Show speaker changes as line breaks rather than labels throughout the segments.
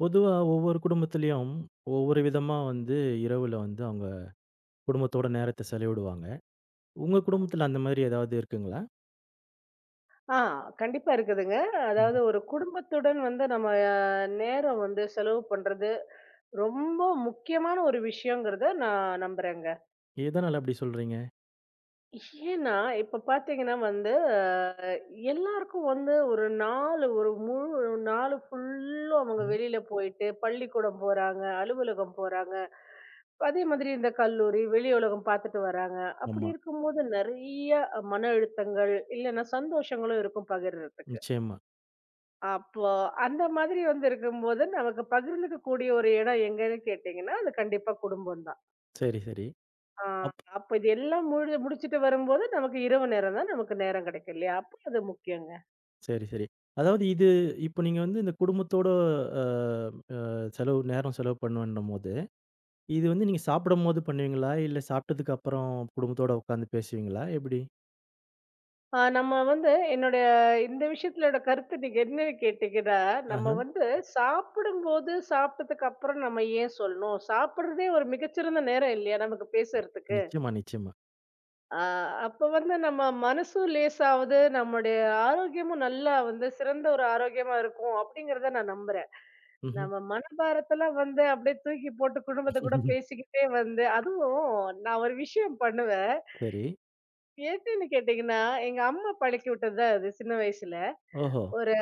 பொதுவா ஒவ்வொரு குடும்பத்திலயும் ஒவ்வொரு விதமா வந்து இரவுல வந்து அவங்க குடும்பத்தோட நேரத்த செலவிடுவாங்க. உங்க குடும்பத்துல அந்த மாதிரி ஏதாவது இருக்குங்களா?
ஆ கண்டிப்பா இருக்குதுங்க. அதாவது
ம்.
ஒரு குடும்பத்துடன் வந்து நம்ம நேரம் வந்து செலவு பண்றது ரொம்ப முக்கியமான ஒரு விஷயங்கிறத நான் நம்புறேங்க.
எதனால அப்படி சொல்றீங்க?
ஏன்னா, இப்ப பார்த்தீங்கன்னா வந்து எல்லாருக்கும் வந்து ஒரு நாள் ஒரு முழு நாள் ஃபுல்லும் அவங்க
ம்.
வெளியில போயிட்டு பள்ளிக்கூடம் போறாங்க, அலுவலகம் போறாங்க. அதே மாதிரி இந்த கல்லூரி, வெளி உலகம் பார்த்துட்டு வராங்க. அப்படி
ஆமா.
இருக்கும்போது நெறைய மன அழுத்தங்கள் இல்லைன்னா சந்தோஷங்களும் இருக்கும் பகிர்றதுக்கு.
நிச்சயமா.
அப்போ அந்த மாதிரி வந்து இருக்கும்போது, நமக்கு பகிர்ந்துக்க கூடிய ஒரு இடம் எங்கன்னு கேட்டீங்கன்னா, அது கண்டிப்பா குடும்பம் தான்.
சரி, சரி.
ஆ,
அப்
அப்ப இது எல்லாம் முழு முடிச்சுட்டு வரும்போது, நமக்கு இரவு நேரம் தான் நமக்கு நேரம் கிடைக்கும் இல்லையா? அப்ப அது முக்கியங்க.
சரி, சரி. அதாவது இது இப்ப நீங்க வந்து இந்த குடும்பத்தோட அ அ செலவு நேரம் செலவு பண்ணுவேன்னும்போது, இது வந்து நீங்க சாப்பிடும்போது பண்ணுவீங்களா? இல்ல சாப்பிட்டதுக்கு அப்புறம் குடும்பத்தோட உட்கார்ந்து பேசுவீங்களா? எப்படி?
ஆ, நம்ம வந்து என்னுடைய இந்த விஷயத்துல என்னோட கருத்து நீங்க என்னன்னு கேட்டீங்கன்னா, நம்ம
ஆஹ.
வந்து சாப்பிடும்போது, சாப்பிட்டதுக்கு அப்புறம் நம்ம ஏன் சொல்லணும்? சாப்பிடுறதே ஒரு மிகச்சிறந்த நேரம் இல்லையா? நமக்கு பேசுறதுக்கு.
நிச்சயமா, நிச்சயமா.
ஆ, அப்ப வந்து நம்ம மனசும் லேசாவுது, நம்முடைய ஆரோக்கியமும் நல்லா வந்து சிறந்த ஒரு ஆரோக்கியமா இருக்கும் அப்படிங்கிறத நான் நம்புறேன்.
ம்ஹ்ம்.
நம்ம மனபாரத்தெல்லாம் வந்து அப்படியே தூக்கி போட்டு குடும்பத்த கூட பேசிக்கிட்டே வந்து அதுவும் நான் ஒரு விஷயம் பண்ணுவேன்.
சரி.
எதுன்னு கேட்டீங்கன்னா, எங்க அம்மா பழக்கி விட்டது தான் அது சின்ன வயசுல.
ஓஹோ!
ஒரு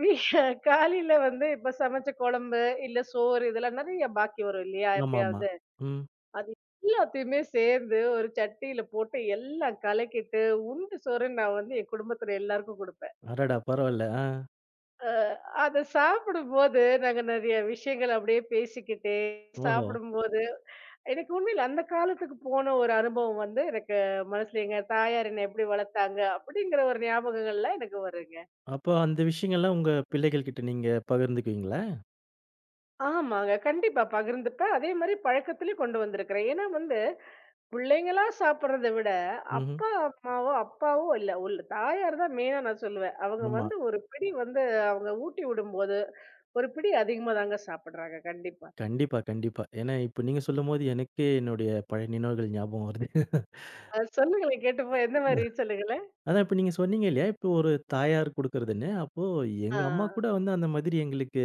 வீ காலையில வந்து இப்ப சமைச்ச குழம்பு, இல்ல சோறு இதெல்லாம் நெறைய பாக்கி வரும் இல்லையா?
ஆமாமா.
எப்பயாவது.
ம்.
அது எல்லாத்தையுமே சேர்ந்து ஒரு சட்டியில போட்டு எல்லாம் கலக்கிட்டு உருண்டு சோறுன்னு நான் வந்து என் குடும்பத்துல எல்லாருக்கும் கொடுப்பேன்.
அடடா! பரவால்ல. ஆ.
அ அத சாப்பிடும்போது நாங்க நெறைய விஷயங்கள் அப்படியே பேசிக்கிட்டே
ஓஹோ!
சாப்பிடும்போது, எனக்கு உண்மையில அந்த காலத்துக்கு போன ஒரு அனுபவம் வந்து எனக்கு மனசுல எங்க தாயார் என்ன எப்படி வளர்த்தாங்க அப்படிங்கிற ஒரு ஞாபகங்கள்லாம் எனக்கு வருங்க.
அப்போ அந்த விஷயங்கள்லாம் உங்க பிள்ளைகள் கிட்ட நீங்க பகிர்ந்துக்குவீங்களா?
ஆமாங்க. கண்டிப்பா பகிர்ந்துப்பேன். அதே மாரி பழக்கத்திலயும் கொண்டு வந்திருக்கிறேன். ஏன்னா வந்து, பிள்ளைங்களா சாப்பிடுறத விட,
ம்ஹ்ம்.
அப்பா, அம்மாவோ அப்பாவோ இல்ல, உள்ள தாயார் தான் மெயினா நான் சொல்லுவேன். அவங்க
ஆமா.
வந்து ஒரு பிடி வந்து அவங்க ஊட்டி விடும்போது, ஒரு பிடி அதிகமா தாங்க சாப்பிடுறாங்க கண்டிப்பா.
கண்டிப்பா, கண்டிப்பா. ஏன்னா, இப்ப நீங்க சொல்லும்போது எனக்கே என்னுடைய பழைய நினைவுகள் ஞாபகம் வருது.
சொல்லுங்களேன் கேட்டுப்போம். எந்த மாரி சொல்லுங்களேன்?
அதான் இப்ப நீங்க சொன்னீங்க இல்லையா? இப்போ ஒரு தாயார் குடுக்குறதுன்னு. அப்போ
ஆ,
எங்க அம்மா கூட வந்து அந்த மாதிரி எங்களுக்கு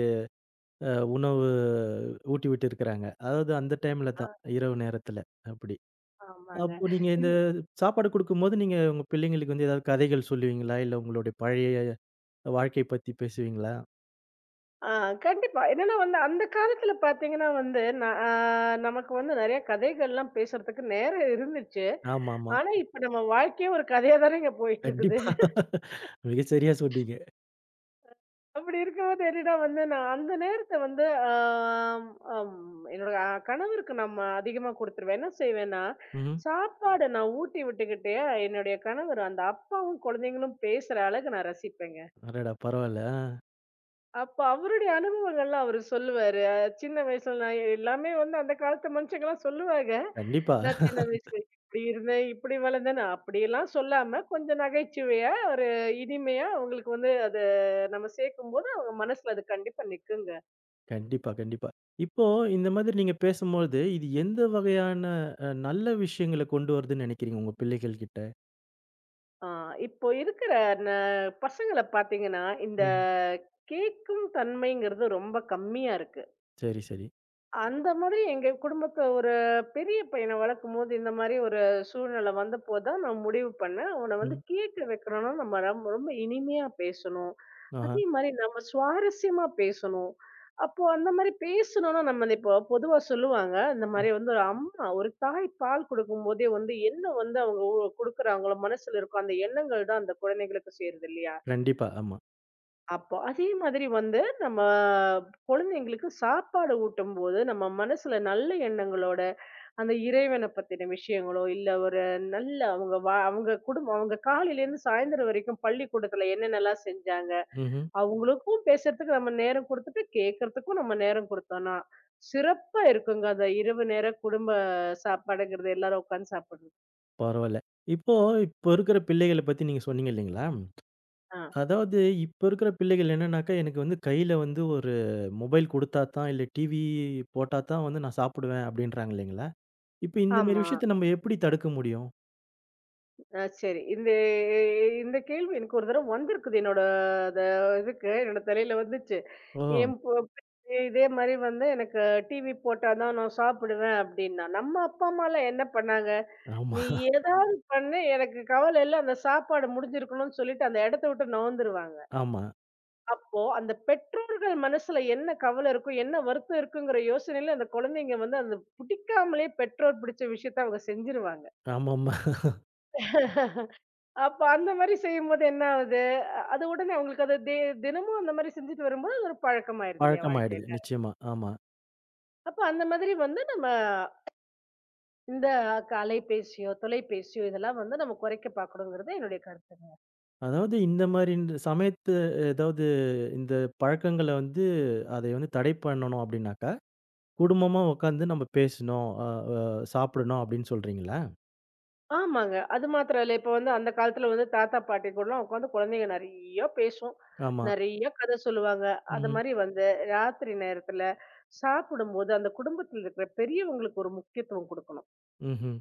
உணவு ஊட்டி விட்டுருக்கிறாங்க. அதாவது அந்த டைம்ல
ஆ,
தான். இரவு நேரத்துல. அப்படி.
ஆமாங்க.
அப்போ நீங்க இந்த
இந்
சாப்பாடு குடுக்கும்போது, நீங்க உங்க பிள்ளைங்களுக்கு வந்து ஏதாவது கதைகள் சொல்லுவீங்களா? இல்ல உங்களுடைய பழைய வாழ்க்கை பத்தி பேசுவீங்களா?
ஆ கண்டிப்பா. என்னன்னா வந்து அந்த காலத்துல பார்த்தீங்கன்னா வந்து, ந ஆ நமக்கு வந்து நெறைய கதைகள்லாம் பேசுறதுக்கு நேரம் இருந்துச்சு.
ஆமாமா.
ஆனா, இப்ப நம்ம வாழ்க்கையே ஒரு கதையா தானேங்க போயிட்டுருக்குது.
கண்டிப்பா. மிகச் சரியா சொன்னீங்க.
அப்படி இருக்கும்போது என்னன்னா வந்து, நான் அந்த நேரத்த வந்து ஆம் அம் என்னோட கணவருக்கு நம்ம அதிகமா குடுத்துருவேன். என்ன செய்வேன்னா,
ம்.
சாப்பாட நான் ஊட்டி விட்டுக்கிட்டே, என்னுடைய கணவர் அந்த அப்பாவும், குழந்தைங்களும் பேசுற அளவுக்கு நான் ரசிப்பேங்க.
அடடா! பரவால்ல. ஆ.
அப்ப அவருடைய அனுபவங்கள்லாம் அவரு சொல்லுவாரு. சின்ன வயசுல நான் எல்லாமே வந்து அந்த காலத்து மனுஷங்கலாம் சொல்லுவாங்க.
கண்டிப்பா.
நான் சின்ன வயசுல இப்படி இருந்தேன், இப்படி வளர்ந்தேன்னு அப்படியெல்லாம் சொல்லாம, கொஞ்சம் நகைச்சுவையா, ஒரு இனிமையா அவங்களுக்கு வந்து அத நம்ம சேர்க்கும்போது அவங்க மனசுல அது கண்டிப்பா நிக்குங்க.
கண்டிப்பா, கண்டிப்பா. இப்போ இந்த மாதிரி நீங்கப் பேசும்பொழுது, இது எந்த வகையான நல்ல விஷயங்கள கொண்டு வருதுன்னு நெனைக்கிறீங்க உங்க பிள்ளைகள் கிட்ட?
ஆ, இப்போ இருக்கிற ந பசங்கள பார்த்தீங்கன்னா, இந்த
ம்.
கேட்கும் தன்மைங்கிறது ரொம்ப கம்மியா இருக்கு.
சரி, சரி.
அந்த மாதிரி எங்க குடும்பத்த ஒரு பெரிய பையன வளர்க்கும்போது, இந்த மாரி ஒரு சூழ்நிலை வந்தபோதுதான் நான் முடிவு பண்ணேன். அவன வந்து
ம்.
கேக்க வைக்கணும்னா, நம்ம ரொம்ப ரொம்ப இனிமையா பேசணும்.
ஆஹா.
அதே மாரி நம்ம சுவாரஸ்யமா பேசணும். அப்போ அந்த மாரி பேசணும்னா, நம்ம இப்போ பொதுவா சொல்லுவாங்க, இந்த
ம்.
மாரி வந்து ஒரு அம்மா, ஒரு தாய் பால் குடுக்கும்போதே வந்து என்ன வந்து அவங்க குடுக்குறாங்களோ, மனசுல இருக்கோ அந்த எண்ணங்கள் தான் அந்த குழந்தைகளுக்கு சேருது இல்லையா?
கண்டிப்பா. ஆமா.
அப்போ அதே மாதிரி வந்து நம்ம குழந்தைங்களுக்கு சாப்பாடு ஊட்டும்போது நம்ம மனசுல நல்ல எண்ணங்களோட அந்த இறைவனை பத்தின விஷயங்களோ இல்ல ஒரு நல்ல அவங்க அவங்க குடும்பம் அவங்க காலையில இருந்து சாயந்தரம் வரைக்கும் பள்ளிக்கூடத்துல என்னென்னலாம் செஞ்சாங்க
ம்ஹ்ம்.
அவங்களுக்கும் பேசுறதுக்கு நம்ம நேரம் கொடுத்துட்டு கேட்கறதுக்கும் நம்ம நேரம் கொடுத்தோம்னா சிறப்பா இருக்குங்க அந்த இரவு நேர குடும்ப சாப்பாடுங்கிறது எல்லாரும் உட்காந்து சாப்பிடுறது.
பரவால்ல. இப்போ இப்போ இருக்கிற பிள்ளைகள பத்தி நீங்கச் சொன்னீங்க இல்லீங்களா?
ஆ
அதாவது இப்ப இருக்கிற பிள்ளைகள் என்னன்னாக்கா, எனக்கு வந்து கையில வந்து ஒரு மொபைல் குடுத்தாத்தான், இல்ல டிவி போட்டாத்தான் வந்து நான் சாப்பிடுவேன் அப்படின்றாங்க இல்லீங்களா? இப்ப இந்த மாரி
ஆமா,
விஷயத்த நம்ம எப்படி தடுக்க முடியும்?
ஆ சரி. இந்த இந்த கேள்வி எனக்கு ஒரு தடவ வந்திருக்குது. என்னோட அத இதுக்கு என்னோட தலையில வந்துச்சு.
ஓ!
என் பொ இதே மாரி வந்து எனக்கு டிவி போட்டா தான் நான் சாப்பிடுவேன் அப்டின்னா. நம்ம அப்பா அம்மாலாம் என்ன பண்ணாங்க?
ஆமா,
நீ ஏதாவது பண்ணு எனக்கு கவல இல்ல. அந்த சாப்பாடு முடிஞ்சிருக்கணும்னு சொல்லிட்டு அந்த இடத்த விட்டு நவுந்துருவாங்க.
ஆமா,
அப்போ அந்த பெற்றோர்கள் மனசுல என்ன கவல இருக்கும்? என்ன வருத்தம் இருக்குங்கிற யோசனையில அந்த குழந்தைங்க வந்து அந்த பிடிக்காமலே பெற்றோர் பிடிச்ச விஷயத்த அவங்க செஞ்சுருவாங்க.
ஆமாமா.
அப்ப அந்த மாரி செய்யும்போது என்ன ஆகுது? அ அது உடனே அவங்களுக்கு அது தெ தினமும் அந்த மாரி செஞ்சுட்டு வரும்போது அது ஒரு பழக்கமாயிருது இல்லையா
பழக்கமாயிடுது.
வாழ்க்கையில.
நிச்சயமா. ஆமா.
அப்ப அந்த மாதிரி வந்து நம்ம இந்த அலைபேசியோ, தொலைபேசியோ இதெல்லாம் வந்து நம்ம குறைக்க பார்க்கணுங்கிறது என்னுடைய கருத்துங்க.
அதாவது இந்த மாரி இந்த சமயத்து ஏதாவது இந்த பழக்கங்கள வந்து அதை வந்து தடை பண்ணணும் அப்படின்னாக்கா, குடும்பமா உட்காந்து நம்ம பேசணும். அ அ சாப்பிடணும் அப்படின்னு சொல்றீங்களா?
ஆமாங்க. அது மாத்திரம் இல்ல. இப்ப வந்து அந்த காலத்துல வந்து தாத்தா, பாட்டி கூடலாம் உட்காந்து குழந்தைங்க நெறைய பேசும்.
ஆமா.
நெறைய கதை சொல்லுவாங்க. அது
ம்.
மாரி வந்து ராத்திரி நேரத்துல சாப்பிடும்போது அந்த குடும்பத்துல இருக்கிற பெரியவங்களுக்கு ஒரு முக்கியத்துவம் குடுக்கணும்.
ம்ஹ்ம்.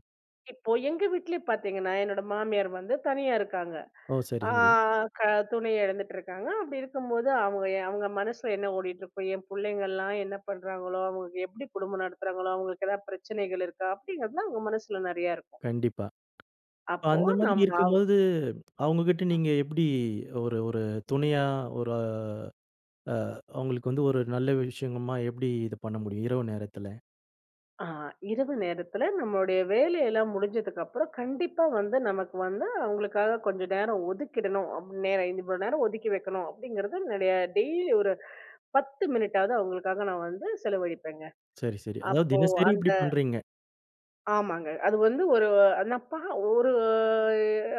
இப்போ எங்க வீட்லயே பார்த்தீங்கன்னா, என்னோட மாமியார் வந்து தனியா இருக்காங்க.
ஓ! சரி,
ஆ,
சரி.
க துணைய இழந்துட்டுருக்காங்க. அப்படி இருக்கும்போது, அவங்க அவங்க மனசுல என்ன ஓடிட்டு இருக்கும்? என் புள்ளைங்கலாம் என்ன பண்றாங்களோ? அவங்க எப்படி குடும்பம் நடத்துறாங்களோ? அவங்களுக்கு ஏதாவது பிரச்சனைகள் இருக்கா? அப்படிங்கிறதுலாம் அவங்க மனசுல நெறையா இருக்கும்.
கண்டிப்பா. இப்ப
அப்போ
அந்த மாதிரி
நம்ம அவ்
இருக்கும்போது, அவங்ககிட்ட
ம்.
நீங்க எப்படி ஒரு ஒரு துணையா, ஒரு அ அவங்களுக்கு வந்து ஒரு நல்ல விஷயமா எப்படி இது பண்ண முடியும் இரவு நேரத்துல?
ஆ, இரவு நேரத்துல நம்மளுடைய வேலையெல்லாம் முடிஞ்சதுக்கப்புறம், கண்டிப்பா வந்து நமக்கு வந்து அவங்களுக்காக கொஞ்சம் நேரம் ஒதுக்கிடணும். நேரம் இவ்வளோ நேரம் ஒதுக்கி வைக்கணும் அப்படிங்கிறது என்னுடைய டெய்லி ஒரு 10 மினிட்டாவது அவங்களுக்காக நான் வந்து செலவழிப்பேங்க.
சரி, சரி. அதாவது
அப்போ
தினசரி இப்படி
அந்த
பண்றீங்க.
ஆமாங்க. அது வந்து ஒரு நான் பா ஒரு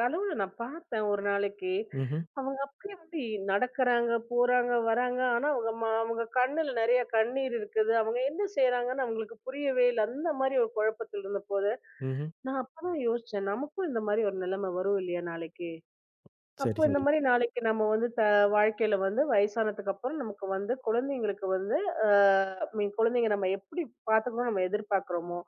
அளவுல நான் பார்த்தேன் ஒரு நாளைக்கு.
ம்ஹ்ம்,
அவங்க அப்படியே வந்து நடக்குறாங்க, போறாங்க, வராங்க. ஆனா அவங்க அவங்க கண்ணுல நெறைய கண்ணீர் இருக்குது. அவங்க என்ன செய்றாங்கன்னு அவங்களுக்கு புரியவே இல்ல. அந்த மாரி ஒரு குழப்பத்தில் இருந்தபோது,
ம்ஹ்ம்.
நான் அப்பதான் யோசிச்சேன். நமக்கும் இந்த மாரி ஒரு நிலைமை வரும் இல்லையா நாளைக்கு?
சரி,
அப்போ இந்த
சரி.
மாரி நாளைக்கு நம்ம வந்து வாழ்க்கையில வந்து வயசானதுக்கு அப்புறம் நமக்கு வந்து குழந்தைங்களுக்கு வந்து அ மீன் குழந்தைங்க நம்ம எப்படி பார்த்துக்கணும்னு நம்ம எதிர்பார்க்குறோமோ,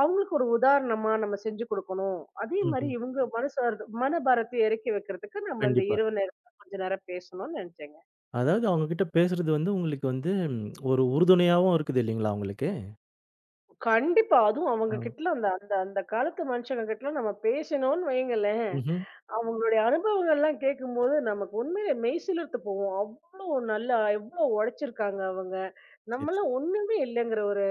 அவங்களுக்கு ஒரு உதாரணமா நம்ம செஞ்சு குடுக்கணும். அதே மாரி
ம்ஹ்ம்.
இவங்க மனசார்ந்த மனபாரத்தை இறக்கி வைக்கிறதுக்கு நம்ம இந்த
கண்டிப்பா.
இரவு நேரத்துல கொஞ்ச நேரம் பேசணும்னு நெனச்சேங்க.
அதாவது அவங்க கிட்ட பேசுறது வந்து உங்களுக்கு வந்து ஒரு உறுதுணையாவும் இருக்குது இல்லைங்களா உங்களுக்கு?
கண்டிப்பா. அதுவும்
ஆ.
அவங்க கிட்டலாம் அந்த அந்த அந்த காலத்து மனுஷங்க கிட்டலாம் நம்ம பேசினோம்னு வையுங்களேன்.
ம்ஹ்ம்.
அவங்களுடைய அனுபவங்கள்லாம் கேட்கும்போது நமக்கு உண்மையிலே மெய்சிலிர்த்து போகும். அவ்ளோ நல்லா எவ்ளோ உழைச்சிருக்காங்க அவங்க.
சரி, சரி.
நம்மலாம் ஒண்ணுமே இல்லைங்கிற ஒரு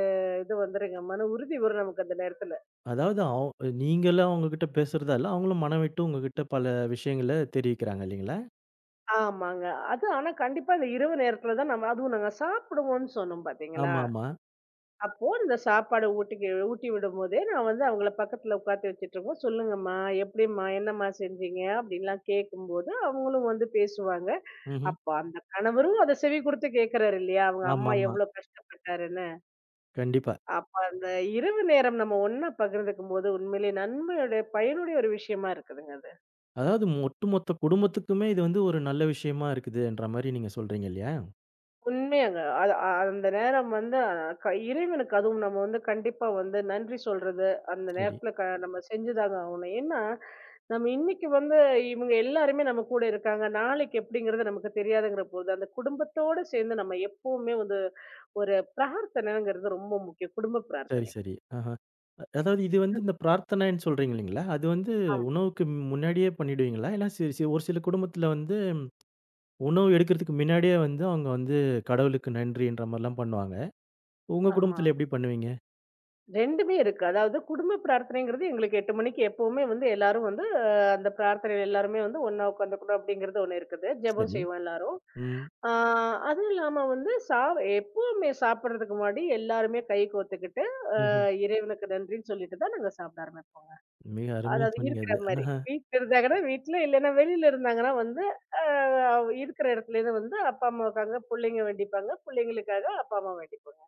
இது வந்துருங்க. மன உறுதி வரும் நமக்கு அந்த நேரத்துல.
அதாவது நீங்களும் அவங்க கிட்ட பேசுறதால, அவங்களும் மனம்விட்டு உங்ககிட்ட பல விஷயங்கள தெரிவிக்கிறாங்க இல்லைங்களா?
ஆமாங்க. அது ஆனா கண்டிப்பா அந்த இரவு நேரத்துல தான் நம்ம அதுவும் நாங்க சாப்பிடுவோம்ன்னு சொன்னோம் பார்த்தீங்களா?
ஆமாமா.
அப்போ இந்த சாப்பாடு ஊட்டிக்கு ஊட்டி விடும்போதே நான் வந்து அவங்கள பக்கத்துல உட்காத்தி வச்சுட்டுருக்கோம். "சொல்லுங்கம்மா, எப்படிம்மா? என்னம்மா செஞ்சீங்க?" அப்படின்லாம் கேட்கும்போது, அவங்களும் வந்து பேசுவாங்க.
ம்ஹ்ம்.
அப்ப அந்த கணவரும் அத செவி குடுத்து கேட்கிறாரு இல்லையா? அவங்க அம்மா
ஆமாமா.
எவ்ளோ கஷ்டப்பட்டாருன்னு.
கண்டிப்பா.
அப்ப அந்த இரவு நேரம் நம்ம ஒண்ணா பகிர்ந்துக்கும்போது, உண்மையிலேயே நன்மையுடைய பயனுடைய ஒரு விஷயமா இருக்குதுங்க அது.
அதாவது ஒட்டுமொத்த குடும்பத்துக்குமே இது வந்து ஒரு நல்ல விஷயமா இருக்குதுன்ற மாரி நீங்க சொல்றீங்க இல்லையா?
உண்மையாங்க. அது அ அந்த நேரம் வந்து அ, க இறைவனுக்கு அதுவும் நம்ம வந்து கண்டிப்பா வந்து நன்றி சொல்றது, அந்த
சரி.
நேரத்துல நம்ம செஞ்சுதாங்க ஆகணும். ஏன்னா, நம்ம இன்னைக்கு வந்து இவங்க எல்லாருமே நம்ம கூட இருக்காங்க. நாளைக்கு எப்படிங்கிறது நமக்கு தெரியாதுங்கிற போது, அந்த குடும்பத்தோட சேர்ந்து நம்ம எப்பவுமே வந்து ஒரு பிரார்த்தனைங்கிறது ரொம்ப முக்கியம். குடும்ப
சரி,
பிரார்த்தனை.
சரி. ஆஹா. அதாவது இது வந்து இந்த பிரார்த்தனைன்னு சொல்றீங்க இல்லைங்களா? அது வந்து
ஆமா,
உணவுக்கு முன்னாடியே பண்ணிடுவீங்களா? இல்ல சி சி ஒரு சில குடும்பத்தில வந்து உணவு எடுக்கிறதுக்கு முன்னாடியே வந்து அவங்க வந்து கடவுளுக்கு நன்றின்ற மாரிலாம் பண்ணுவாங்க. உங்க
ஆமா.
குடும்பத்தில எப்படி பண்ணுவீங்க?
2மே இருக்கு. அதாவது குடும்ப பிரார்த்தனைங்கிறது எங்களுக்கு 8 மணிக்கு எப்பவுமே வந்து எல்லாரும் வந்து அந்த பிரார்த்தனையில எல்லாருமே வந்து ஒண்ணா உட்காந்துக்கணும் அப்படிங்கிறது ஒண்ணு இருக்குது. ஜெபம்
சரி.
செய்வோம் எல்லாரும்.
ம்.
ஆ, அதுவும் இல்லாம வந்து சாவ எப்பவுமே சாப்பிடுறதுக்கு முன்னாடி எல்லாருமே கை கோத்துக்கிட்டு, அ
ம்ஹ்ம்.
இறைவனுக்கு நன்றின்னு சொல்லிட்டு தான் நாங்க சாப்பிட ஆரம்பிப்போம்.
மிக அருமையா
அதாவது
சொன்னீங்க அது.
இருக்கிற மாரி.
ஆஹா.
வீட்ல இருந்தாங்கன்னா வீட்ல, இல்லன்னா வெளியில இருந்தாங்கன்னா வந்து, அ இருக்கிற இடத்துலேருந்து வந்து அப்பா, அம்மாவுக்காக புள்ளைங்க வேண்டிப்பாங்க. புள்ளைங்களுக்காக அப்பா, அம்மா வேண்டிப்பாங்க.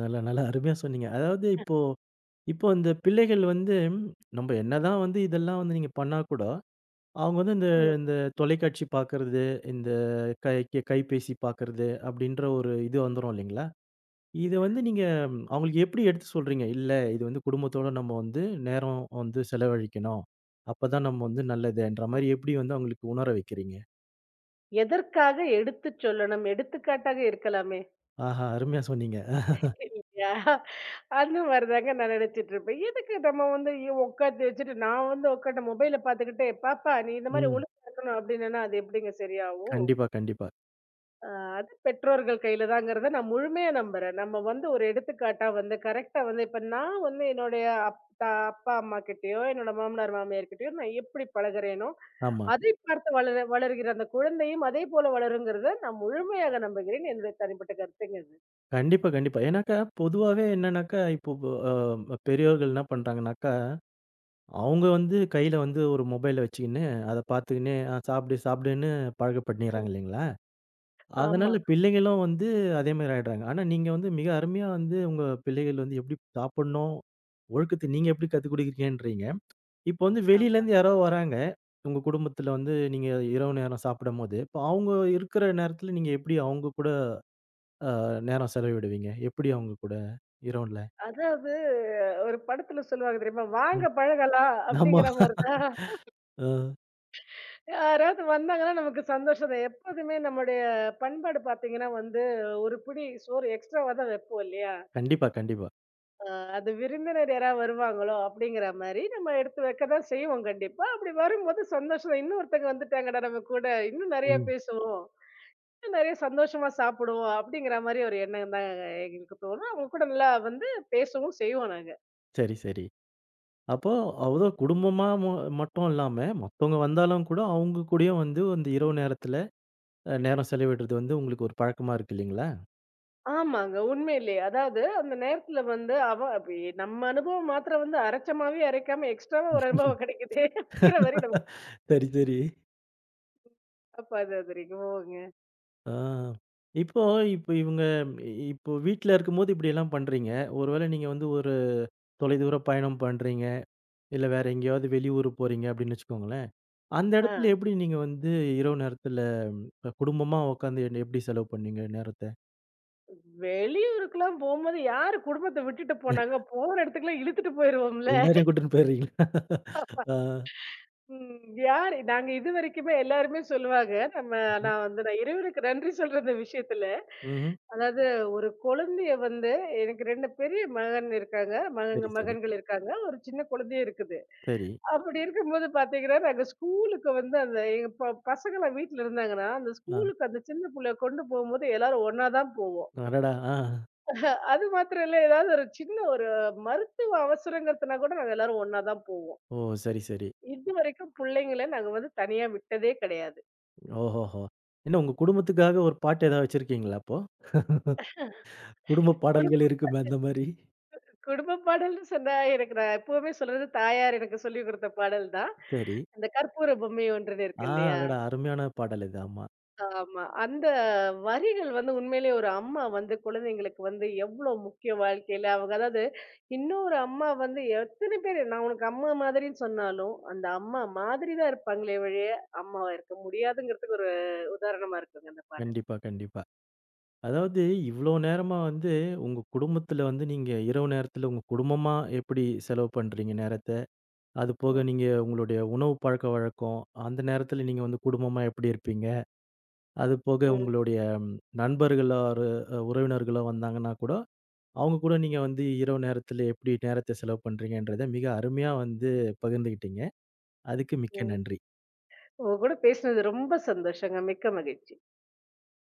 நல்லா, நல்லா அருமையா சொன்னீங்க. அதாவது இப்போ இப்போ இந்த பிள்ளைகள் வந்து ம், நம்ம என்னதான் வந்து இதெல்லாம் வந்து நீங்க பண்ணா கூட, அவங்க வந்து இந்த
ம்,
இந்த தொலைக்காட்சி பார்க்கறது, இந்த கை கை- கைபேசி பார்க்கறது அப்படின்ற ஒரு இது வந்துரும் இல்லைங்களா? இத வந்து நீங்க அவங்களுக்கு எப்படி எடுத்து சொல்றீங்க? இல்ல இது வந்து குடும்பத்தோட நம்ம வந்து நேரம் வந்து செலவழிக்கணும். அப்பதான் நம்ம வந்து நல்லதுன்ற
ம்.
மாரி எப்படி வந்து அவங்களுக்கு உணர வைக்கிறீங்க?
எதற்காக எடுத்துச் சொல்லணும்? எடுத்துக்காட்டாக இருக்கலாமே!
ஆஹா! அருமையா சொன்னீங்க.
இல்லையா? அந்த மாரி தாங்க நான் நினைச்சிட்டுருப்பேன். எதுக்கு நம்ம வந்து ஐயோ! உட்காந்து வச்சுட்டு நான் வந்து உட்காந்து மொபைல பார்த்துக்கிட்டே, "பாப்பா நீ இந்த மாரி
ம்.
ஒழுங்கா இருக்கணும்" அப்படின்னேன்னா, அது எப்படிங்க சரியாகும்?
கண்டிப்பா, கண்டிப்பா.
அ அது பெற்றோர்கள் கையில தாங்கிறத நான் முழுமையா நம்புறேன். நம்ம வந்து ஒரு எடுத்துக்காட்டா வந்து கரெக்ட்டா வந்து இப்ப நான் வந்து என்னுடைய அப்பா, அம்மா கிட்டயோ, என்னோட மாமனார், மாமியார்கிட்டயோ நான் எப்படி பழகுறேனோ,
ஆமா.
அதை பார்த்து வளர வளர்கிற அந்த குழந்தையும் அதே போல வளருங்கிறத நான் முழுமையாக நம்புகிறேன். என்னுடைய தனிப்பட்ட கருத்துங்க இது.
கண்டிப்பா, கண்டிப்பா. ஏன்னாக்கா பொதுவாவே என்னன்னாக்கா, இப்போ அ பெரியோர்கள் என்ன பண்றாங்கனாக்கா, அவங்க வந்து கையில வந்து ஒரு மொபைல வச்சுக்கின்னு, அத பார்த்துக்கின்னே, "ஆ சாப்பிடு, சாப்பிடுன்னு" பழக்கப்படுத்திறாங்க இல்லைங்களா? அதனால
ஆமா.
பிள்ளைகளும் வந்து அதே மாரி ஆயிடுறாங்க. ஆனா நீங்க வந்து மிக அருமையா வந்து உங்க பிள்ளைகள் வந்து எப்படி சாப்பிடணும், ஒழுக்கத்த நீங்க எப்படி கத்துக் குடுக்கிறீங்கன்றீங்க. இப்போ வந்து வெளியிலேருந்து யாரோ வராங்க. உங்க குடும்பத்தில வந்து நீங்க இரவு நேரம் சாப்பிடும்போது, இப்போ அவங்க இருக்கிற நேரத்தில நீங்க எப்படி அவங்க கூட அ நேரம் செலவிடுவீங்க? எப்படி அவங்க கூட இரவுல?
அதாவது ஒரு படத்துல சொல்லுவாங்க தெரியுமா?
ம்.
"வாங்க பழகலாம்"
ஆமா.
அப்படிங்கிற மாரி தான்.
அ
யாராவது வந்தாங்கன்னா நமக்கு சந்தோஷம் தான். எப்போதுமே நம்முடைய பண்பாடு பார்த்தீங்கன்னா வந்து, ஒரு பிடி சோறு எக்ஸ்ட்ராவா தான் வைப்போம் இல்லையா?
கண்டிப்பா, கண்டிப்பா.
அது விருந்தினர் யாராவது வருவாங்களோ அப்படிங்கிற மாரி நம்ம எடுத்து வைக்க தான் செய்வோம் கண்டிப்பா. அப்படி வரும்போது சந்தோஷம் தான். "இன்னொருத்தங்க வந்துட்டாங்கடா நம்ம கூட, இன்னும் நெறைய
ம்.
பேசுவோம், இன்னும் நெறைய சந்தோஷமா சாப்பிடுவோம்" அப்படிங்கிற மாரி ஒரு எண்ணம் தான் எங்களுக்கு தோணும். அவங்க கூட நல்லா வந்து பேசவும் செய்வோம் நாங்க.
சரி, சரி. அப்போ அவ்ளோ குடும்பமா மட்டும் இல்லாம மத்தவங்க வந்தாலும் கூட அவங்க கூடயும் வந்து அந்த இரவு நேரத்தில நேரம் செலவிடுறது வந்து உங்களுக்கு ஒரு பழக்கமா இருக்கு இல்லைங்களா?
ஆமாங்க. உண்மையிலே. அதாவது அந்த நேரத்துல வந்து அவ அப்ப நம்ம அனுபவம் மாத்திரம் வந்து அரைச்ச மாவே அரைக்காம எக்ஸ்ட்ராவா ஒரு அனுபவம் கிடைக்குதே! இருக்கிற வரையும் நமக்கு
சரி, சரி.
காப்பாது அது வரைக்கும். ஓங்க.
ஆ. இப்போ இப்போ இவங்க இப்போ வீட்ல இருக்கும்போது இப்படியெல்லாம் பண்றீங்க. ஒருவேளை நீங்க வந்து ஒரு தொலைதூர பயணம் பண்றீங்க, இல்ல வேற எங்கேயாவது வெளியூர் போறீங்க அப்படின்னு வச்சுக்கோங்களேன். அந்த
ஆ.
இடத்துல எப்படி நீங்க வந்து இரவு நேரத்துல ம், குடும்பமா உட்காந்து எப்படி செலவு பண்ணீங்க நேரத்த?
வெளியூருக்குலாம் போம்போது யாரு குடும்பத்த விட்டுட்டு போனாங்க? போற இடத்துக்குலாம் இழுத்துட்டு போயிருவோம்ல.
எல்லாரையும் கூட்டின்னு போயிடுறீங்களா? ஆ.
ம். யாரு நாங்க இதுவரைக்குமே எல்லாருமே சொல்லுவாங்க. நம்ம நான் வந்து நான் இறைவனுக்கு நன்றி சொல்ற இந்த விஷயத்துல.
ம்ஹ்ம்.
அதாவது ஒரு குழந்தைய வந்து எனக்கு 2 பெரிய மகன் இருக்காங்க.
சரி, சரி,
மகன்கள் இருக்காங்க. ஒரு சின்ன குழந்தையும் இருக்குது.
சரி.
அப்படி இருக்கும்போது பாத்தீங்கன்னா, நாங்க ஸ்கூலுக்கு வந்து அந்த எங்க பசங்கலாம் வீட்ல இருந்தாங்கன்னா, அந்த
ஆ.
ஸ்கூலுக்கு அந்த சின்ன புள்ளைய கொண்டு போகும்போது எல்லாரும் ஒண்ணா தான் போவோம்.
அடடா! ஆ.
அது மாத்திரம் இல்ல, ஏதாவது ஒரு சின்ன ஒரு மருத்துவ அவசரங்கிறதுனா கூட நாங்க எல்லாரும் ஒண்ணா தான் போவோம்.
ஓ! சரி, சரி.
இதுவரைக்கும் புள்ளைங்கள நாங்க வந்து தனியா விட்டதே கிடையாது.
ஓஹோஹோ! என்ன உங்க குடும்பத்துக்காக ஒரு பாட்டு ஏதாவது வச்சிருக்கீங்களா அப்போ? குடும்ப
குடும்ப
பாடல்கள் இருக்குமே அந்த மாரி.
குடும்ப பாடல்னு சொன்னா, எனக்கு நான் எப்பவுமே சொல்றது தாயார் எனக்கு சொல்லிக் குடுத்த பாடல் தான்.
சரி.
அந்த கற்பூர பொம்மை ஒன்றுன்னு இருக்கு
ஆ
இல்லையா?
அடடா! அருமையான பாடல் இது. ஆமா.
ஆமா. அந்த வரிகள் வந்து உண்மையிலேயே ஒரு அம்மா வந்து குழந்தைங்களுக்கு வந்து எவ்ளோ முக்கிய வாழ்க்கையில அவங்க அதாவது இன்னொரு அம்மா வந்து எத்தனை பேரு நான் உனக்கு அம்மா மாதிரின்னு சொன்னாலும் அந்த அம்மா மாதிரி தான் இருப்பாங்களே வழிய அம்மாவா இருக்க முடியாதுங்கிறதுக்கு ஒரு உதாரணமா இருக்குங்க அந்த பாடல்.
கண்டிப்பா, கண்டிப்பா. அதாவது இவ்ளோ நேரமா வந்து உங்க குடும்பத்துல வந்து நீங்க இரவு நேரத்துல உங்க குடும்பமா எப்படி செலவு பண்றீங்க நேரத்த? அது போக
ம்,
நீங்க உங்களுடைய உணவு பழக்கவழக்கம், அந்த நேரத்துல நீங்க வந்து குடும்பமா எப்படி இருப்பீங்க? அது போக
ம்,
உங்களுடைய நண்பர்களோ, ஒரு உறவினர்களோ வந்தாங்கன்னா கூட அவங்க கூட நீங்க வந்து இரவு நேரத்துல எப்படி நேரத்த செலவு பண்றீங்கன்றத மிக அருமையா வந்து பகிர்ந்துகிட்டீங்க. அதுக்கு மிக்க
ம்.
நன்றி.
உங்க கூட பேசினது ரொம்ப சந்தோஷங்க. மிக்க மகிழ்ச்சி.